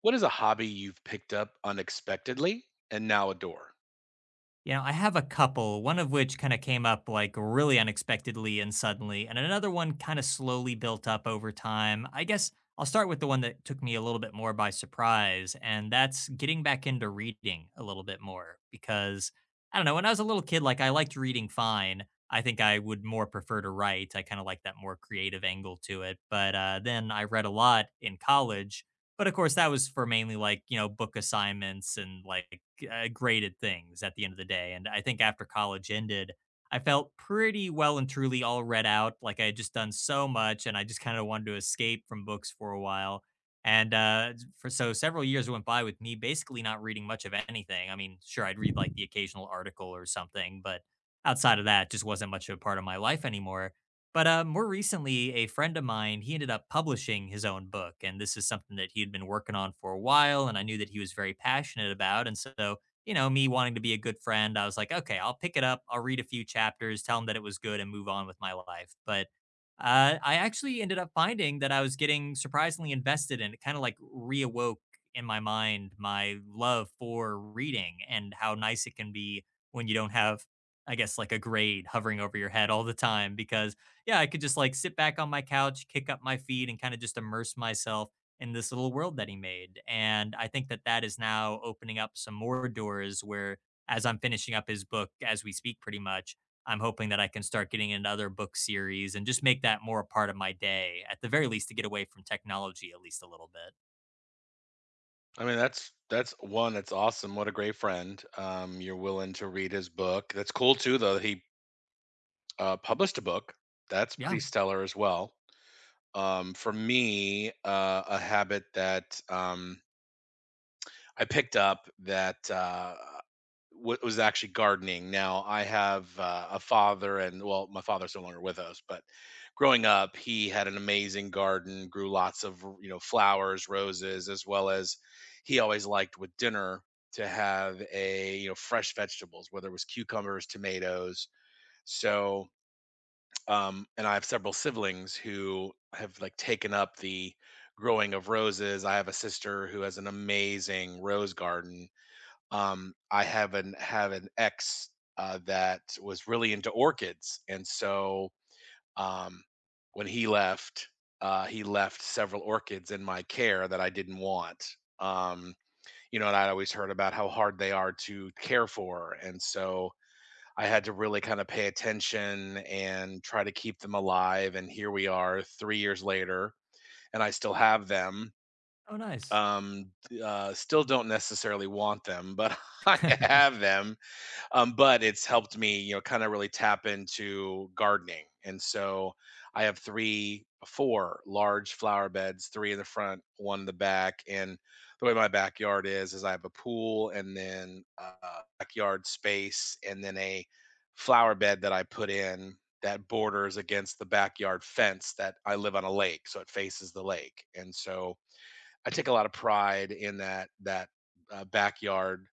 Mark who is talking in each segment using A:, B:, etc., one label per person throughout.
A: What is a hobby you've picked up unexpectedly and now adore?
B: You know, I have a couple, one of which kind of came up like really unexpectedly and suddenly, and another one kind of slowly built up over time. I guess I'll start with the one that took me a little bit more by surprise, and that's getting back into reading a little bit more because I don't know, when I was a little kid, like I liked reading fine. I think I would more prefer to write. I kind of like that more creative angle to it. But then I read a lot in college. But of course, that was for mainly like, you know, book assignments and like great at things at the end of the day. And I think after college ended, I felt pretty well and truly all read out. Like I had just done so much and I just kind of wanted to escape from books for a while. And for so several years went by with me basically not reading much of anything. I mean, sure, I'd read like the occasional article or something, but outside of that, just wasn't much of a part of my life anymore. But more recently, a friend of mine, he ended up publishing his own book. And this is something that he had been working on for a while. And I knew that he was very passionate about. And so you know, me wanting to be a good friend, I was like, okay, I'll pick it up. I'll read a few chapters, tell them that it was good, and move on with my life. But I actually ended up finding that I was getting surprisingly invested in it, kind of like reawoke in my mind my love for reading and how nice it can be when you don't have, I guess, like a grade hovering over your head all the time. Because, yeah, I could just like sit back on my couch, kick up my feet, and kind of just immerse myself in this little world that he made. And I think that that is now opening up some more doors where, as I'm finishing up his book as we speak, pretty much, I'm hoping that I can start getting into other book series and just make that more a part of my day, at the very least, to get away from technology at least a little bit.
A: I mean, that's one. That's awesome. What a great friend. You're willing to read his book. That's cool too, though. That He published a book. That's
B: Yeah.
A: pretty stellar as well. For me, a habit that I picked up that wa was actually gardening. Now I have a father, and well, my father's no longer with us, but growing up, he had an amazing garden, grew lots of, you know, flowers, roses, as well as he always liked with dinner to have a, you know, fresh vegetables, whether it was cucumbers, tomatoes. So, and I have several siblings who have like taken up the growing of roses. I have a sister who has an amazing rose garden. I have an ex that was really into orchids, and so, um, when he left several orchids in my care that I didn't want. Um, you know, and I'd always heard about how hard they are to care for, and so I had to really kind of pay attention and try to keep them alive. And here we are, 3 years later, and I still have them.
B: Oh, nice.
A: Um, Still don't necessarily want them, but I have them. But it's helped me, you know, kind of really tap into gardening. And so I have three, four large flower beds, three in the front, one in the back. And the way my backyard is I have a pool and then a backyard space and then a flower bed that I put in that borders against the backyard fence. That I live on a lake. So it faces the lake. And so I take a lot of pride in that backyard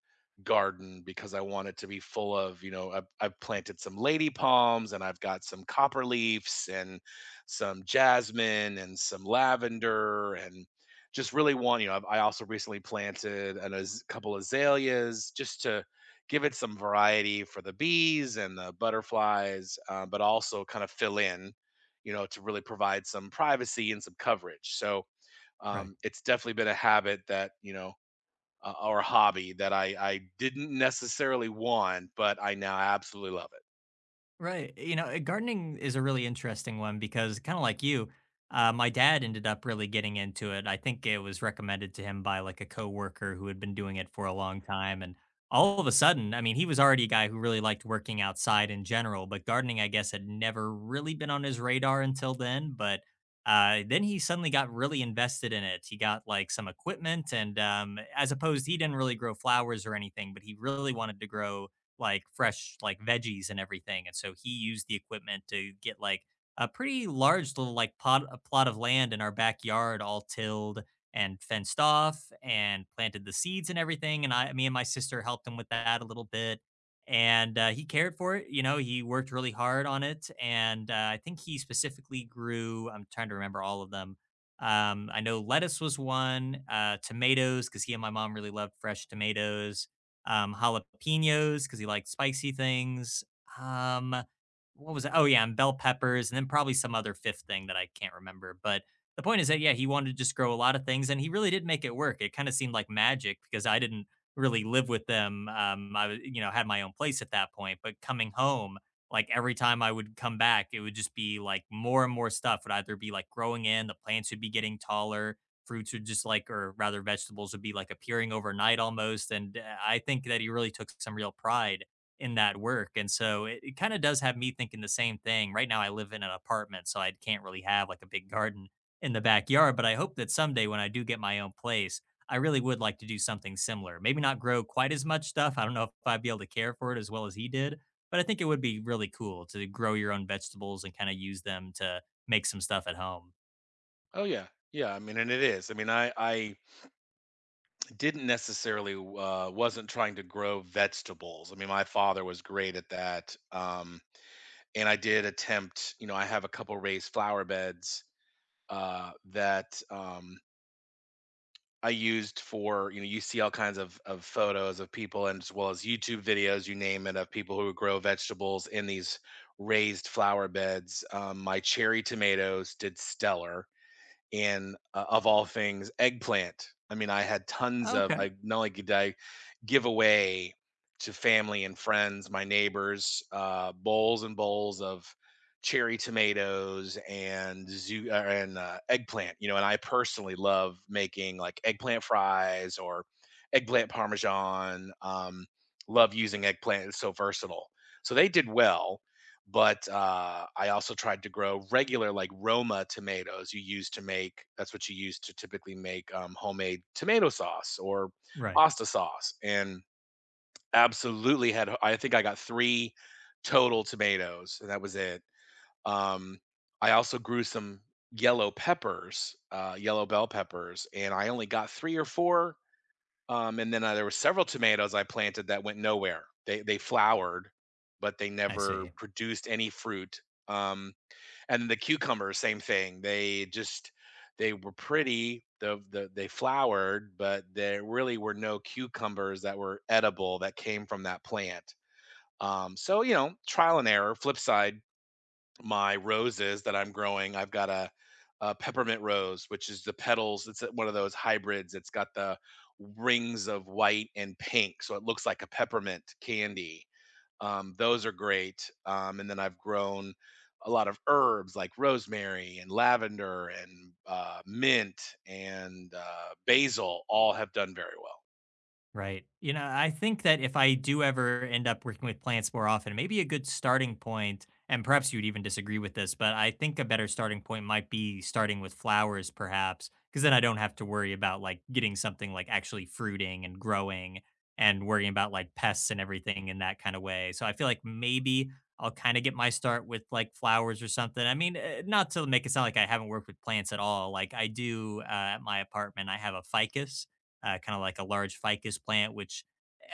A: garden, because I want it to be full of, you know, I've planted some lady palms, and I've got some copper leaves and some jasmine and some lavender. And just really want, you know, I also recently planted a couple azaleas just to give it some variety for the bees and the butterflies, but also kind of fill in, you know, to really provide some privacy and some coverage. So,
B: Right.
A: it's definitely been a habit that, you know, or a hobby that I didn't necessarily want, but I now absolutely love it.
B: Right. You know, gardening is a really interesting one because kind of like you, my dad ended up really getting into it. I think it was recommended to him by like a coworker who had been doing it for a long time. And all of a sudden, I mean, he was already a guy who really liked working outside in general, but gardening, I guess, had never really been on his radar until then. But then he suddenly got really invested in it. He got like some equipment, and as opposed, he didn't really grow flowers or anything, but he really wanted to grow like fresh like veggies and everything. And so he used the equipment to get like a pretty large little like pot a plot of land in our backyard all tilled and fenced off and planted the seeds and everything. And I me and my sister helped him with that a little bit. And he cared for it. You know, he worked really hard on it. And I think he specifically grew, I'm trying to remember all of them. I know lettuce was one, tomatoes, because he and my mom really loved fresh tomatoes, jalapenos because he liked spicy things. Um, what was it? Oh yeah, and bell peppers, and then probably some other fifth thing that I can't remember. But the point is that yeah, he wanted to just grow a lot of things, and he really did make it work. It kind of seemed like magic because I didn't really live with them. I was, you know, had my own place at that point, but coming home. Like every time I would come back, it would just be like more and more stuff would either be like growing in, the plants would be getting taller, fruits would just like, or rather vegetables, would be like appearing overnight almost. And I think that he really took some real pride in that work. And so it kind of does have me thinking the same thing right now. I live in an apartment so I can't really have like a big garden in the backyard, but I hope that someday when I do get my own place I really would like to do something similar. Maybe not grow quite as much stuff. I don't know if I'd be able to care for it as well as he did, but I think it would be really cool to grow your own vegetables and kind of use them to make some stuff at home.
A: Oh yeah, yeah. I mean, and it is. I mean, I didn't necessarily, wasn't trying to grow vegetables. I mean, my father was great at that, and I did attempt. You know, I have a couple raised flower beds that I used for, you know, you see all kinds of photos of people, and as well as YouTube videos, you name it, of people who grow vegetables in these raised flower beds. My cherry tomatoes did stellar, and of all things, eggplant. I mean, I had tons of.
B: Okay.
A: I not only did I give away to family and friends, my neighbors, bowls and bowls of cherry tomatoes and zoo and eggplant. You know, and I personally love making like eggplant fries or eggplant parmesan. Love using eggplant; it's so versatile. So they did well, but, I also tried to grow regular, like, Roma tomatoes you use to make, that's what you use to typically make, homemade tomato sauce or
B: Right.
A: pasta sauce, and absolutely had, I think I got 3 total tomatoes, and that was it. Um, I also grew some yellow peppers, yellow bell peppers, and I only got 3 or 4. And then, there were several tomatoes I planted that went nowhere. They flowered, but they
B: I
A: never
B: see.
A: produced any fruit. Um, and the cucumbers, same thing. They just, they were pretty. They flowered, but there really were no cucumbers that were edible that came from that plant. So you know, trial and error. Flip side, my roses that I'm growing, I've got a peppermint rose, which is the petals. It's one of those hybrids. It's got the rings of white and pink, so it looks like a peppermint candy. Those are great. And then I've grown a lot of herbs like rosemary and lavender and mint and basil. All have done very well.
B: Right. You know, I think that if I do ever end up working with plants more often, maybe a good starting point, and perhaps you'd even disagree with this, but I think a better starting point might be starting with flowers, perhaps, because then I don't have to worry about like getting something like actually fruiting and growing and worrying about like pests and everything in that kind of way. So I feel like maybe I'll kind of get my start with like flowers or something. I mean, not to make it sound like I haven't worked with plants at all. Like I do, at my apartment, I have a ficus, kind of like a large ficus plant, which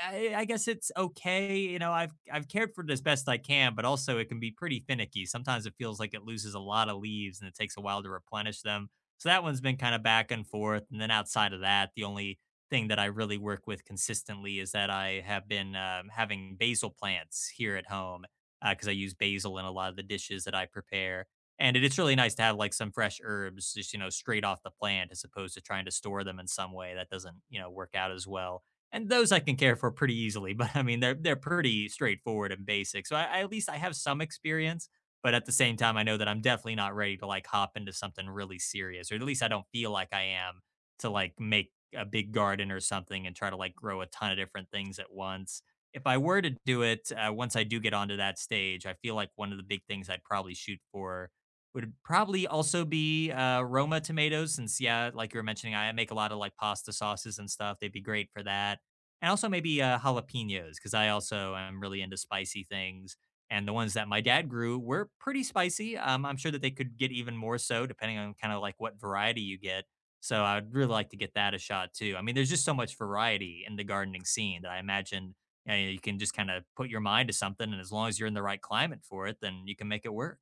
B: I guess it's okay. You know, I've cared for it as best I can, but also it can be pretty finicky. Sometimes it feels like it loses a lot of leaves and it takes a while to replenish them. So that one's been kind of back and forth. And then outside of that, the only thing that I really work with consistently is that I have been, having basil plants here at home because I use basil in a lot of the dishes that I prepare. And it's really nice to have, like, some fresh herbs just, you know, straight off the plant as opposed to trying to store them in some way that doesn't, you know, work out as well. And those I can care for pretty easily, but, I mean, they're pretty straightforward and basic. So I at least I have some experience, but at the same time, I know that I'm definitely not ready to, like, hop into something really serious, or at least I don't feel like I am to, like, make a big garden or something and try to, like, grow a ton of different things at once. If I were to do it, once I do get onto that stage, I feel like one of the big things I'd probably shoot for would probably also be, Roma tomatoes since, yeah, like you were mentioning, I make a lot of, like, pasta sauces and stuff, they'd be great for that. And also maybe, jalapenos, because I also am really into spicy things, and the ones that my dad grew were pretty spicy. I'm sure that they could get even more so depending on kinda, like, what variety you get, so I would really like to get that a shot too. I mean, there's just so much variety in the gardening scene that I imagine, you know, you can just kinda put your mind to something, and as long as you're in the right climate for it, then you can make it work.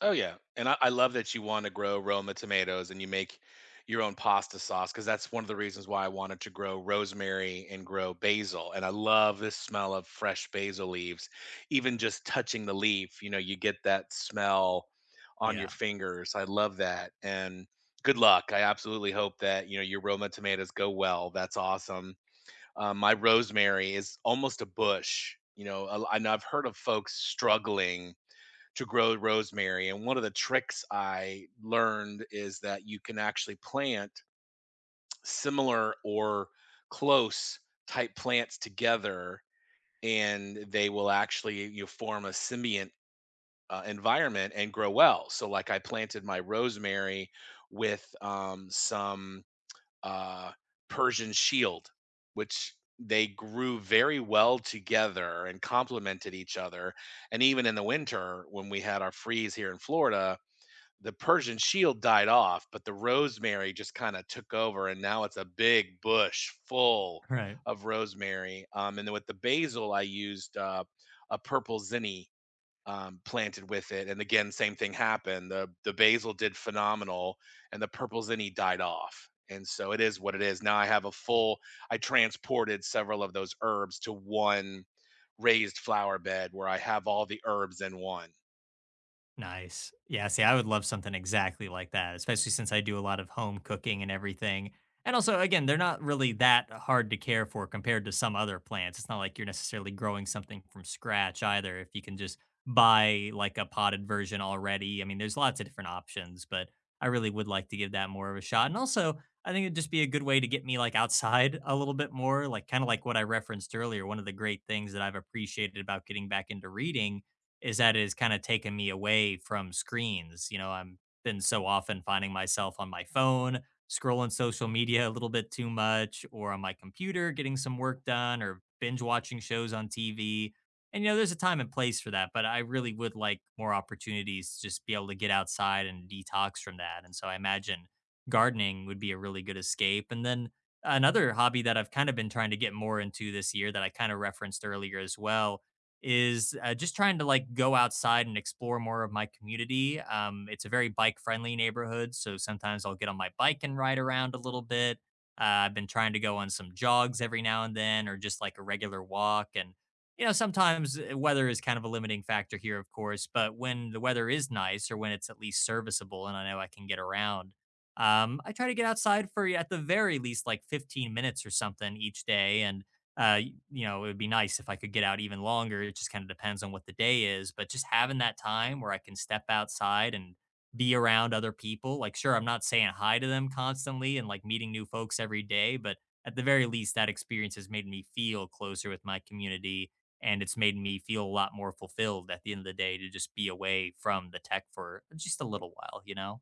A: Oh yeah, and I love that you want to grow Roma tomatoes and you make your own pasta sauce, because that's one of the reasons why I wanted to grow rosemary and grow basil. And I love the smell of fresh basil leaves, even just touching the leaf. You know, you get that smell on your
B: Yeah.
A: fingers. I love that. And good luck. I absolutely hope that, you know, your Roma tomatoes go well. That's awesome. My rosemary is almost a bush. You know, I know I've heard of folks struggling to grow rosemary. And one of the tricks I learned is that you can actually plant similar or close type plants together, and they will actually, you know, form a symbiont environment and grow well. So like I planted my rosemary with some uh, Persian shield, which they grew very well together and complemented each other. And even in the winter, when we had our freeze here in Florida, the Persian shield died off, but the rosemary just kind of took over, and now it's a big bush full
B: Right.
A: of rosemary. And then with the basil, I used a purple zinni, planted with it, and again, same thing happened. The basil did phenomenal, and the purple zinni died off. And so it is what it is. Now I have a full. I transported several of those herbs to one raised flower bed where I have all the herbs in one.
B: Nice. Yeah. See, I would love something exactly like that, especially since I do a lot of home cooking and everything. And also, again, they're not really that hard to care for compared to some other plants. It's not like you're necessarily growing something from scratch either. If you can just buy like a potted version already, I mean, there's lots of different options, but I really would like to give that more of a shot. And also, I think it'd just be a good way to get me like outside a little bit more, like kind of like what I referenced earlier. One of the great things that I've appreciated about getting back into reading is that it has kinda taken me away from screens. You know, I have been so often finding myself on my phone, scrolling social media a little bit too much, or on my computer getting some work done, or binge watching shows on TV, and, you know, there's a time and place for that, but I really would like more opportunities to just be able to get outside and detox from that, and so I imagine gardening would be a really good escape. And then another hobby that I've kinda been trying to get more into this year that I kinda referenced earlier as well is, just trying to like go outside and explore more of my community. It's a very bike friendly neighborhood, so sometimes I'll get on my bike and ride around a little bit. I've been trying to go on some jogs every now and then, or just like a regular walk. And you know, sometimes weather is kind of a limiting factor here, of course. But when the weather is nice, or when it's at least serviceable, and I know I can get around. I try to get outside for at the very least like 15 minutes or something each day, and uh, you know, it would be nice if I could get out even longer. It just kind of depends on what the day is, but just having that time where I can step outside and be around other people. Like, sure, I'm not saying hi to them constantly and like meeting new folks every day, but at the very least, that experience has made me feel closer with my community and it's made me feel a lot more fulfilled at the end of the day to just be away from the tech for just a little while, you know?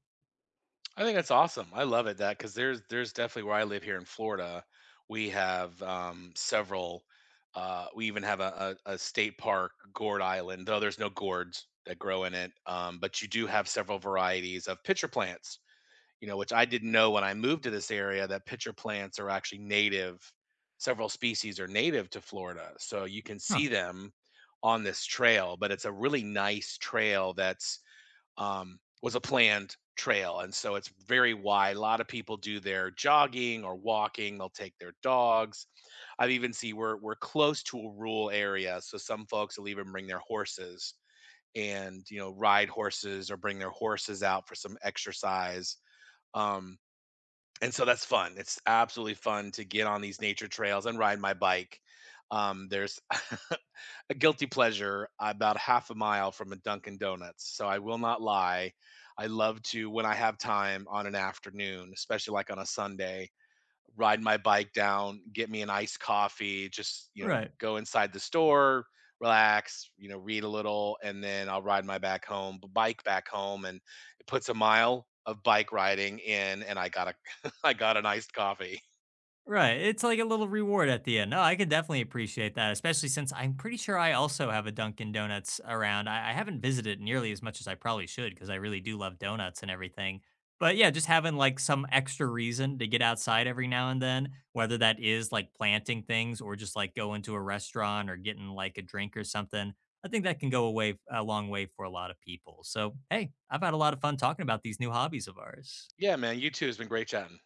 A: I think that's awesome. I love it. That Because there's definitely, where I live here in Florida, we have several. We even have a state park, Gourd Island, though there's no gourds that grow in it. But you do have several varieties of pitcher plants, you know, which I didn't know when I moved to this area, that pitcher plants are actually native. Several species are native to Florida, so you can
B: Huh.
A: see them on this trail. But it's a really nice trail that's, was a planned trail. And so it's very wide. A lot of people do their jogging or walking. They'll take their dogs. I've even see we're close to a rural area, so some folks will even bring their horses and, you know, ride horses or bring their horses out for some exercise. Um, and so that's fun. It's absolutely fun to get on these nature trails and ride my bike. There's a guilty pleasure about half a mile from a Dunkin' Donuts. So I will not lie. I love to, when I have time on an afternoon, especially like on a Sunday, ride my bike down, get me an iced coffee, just, you know,
B: Right.
A: go inside the store, relax, you know, read a little, and then I'll ride my back home, bike back home. And it puts a mile of bike riding in, and I got a, I got an iced coffee.
B: Right. It's like a little reward at the end. No, I can definitely appreciate that, especially since I'm pretty sure I also have a Dunkin' Donuts around. I haven't visited nearly as much as I probably should because I really do love donuts and everything. But yeah, just having like some extra reason to get outside every now and then, whether that is like planting things or just like going to a restaurant or getting like a drink or something, I think that can go away a long way for a lot of people. So, hey, I've had a lot of fun talking about these new hobbies of ours.
A: Yeah, man, you too. Has been great chatting.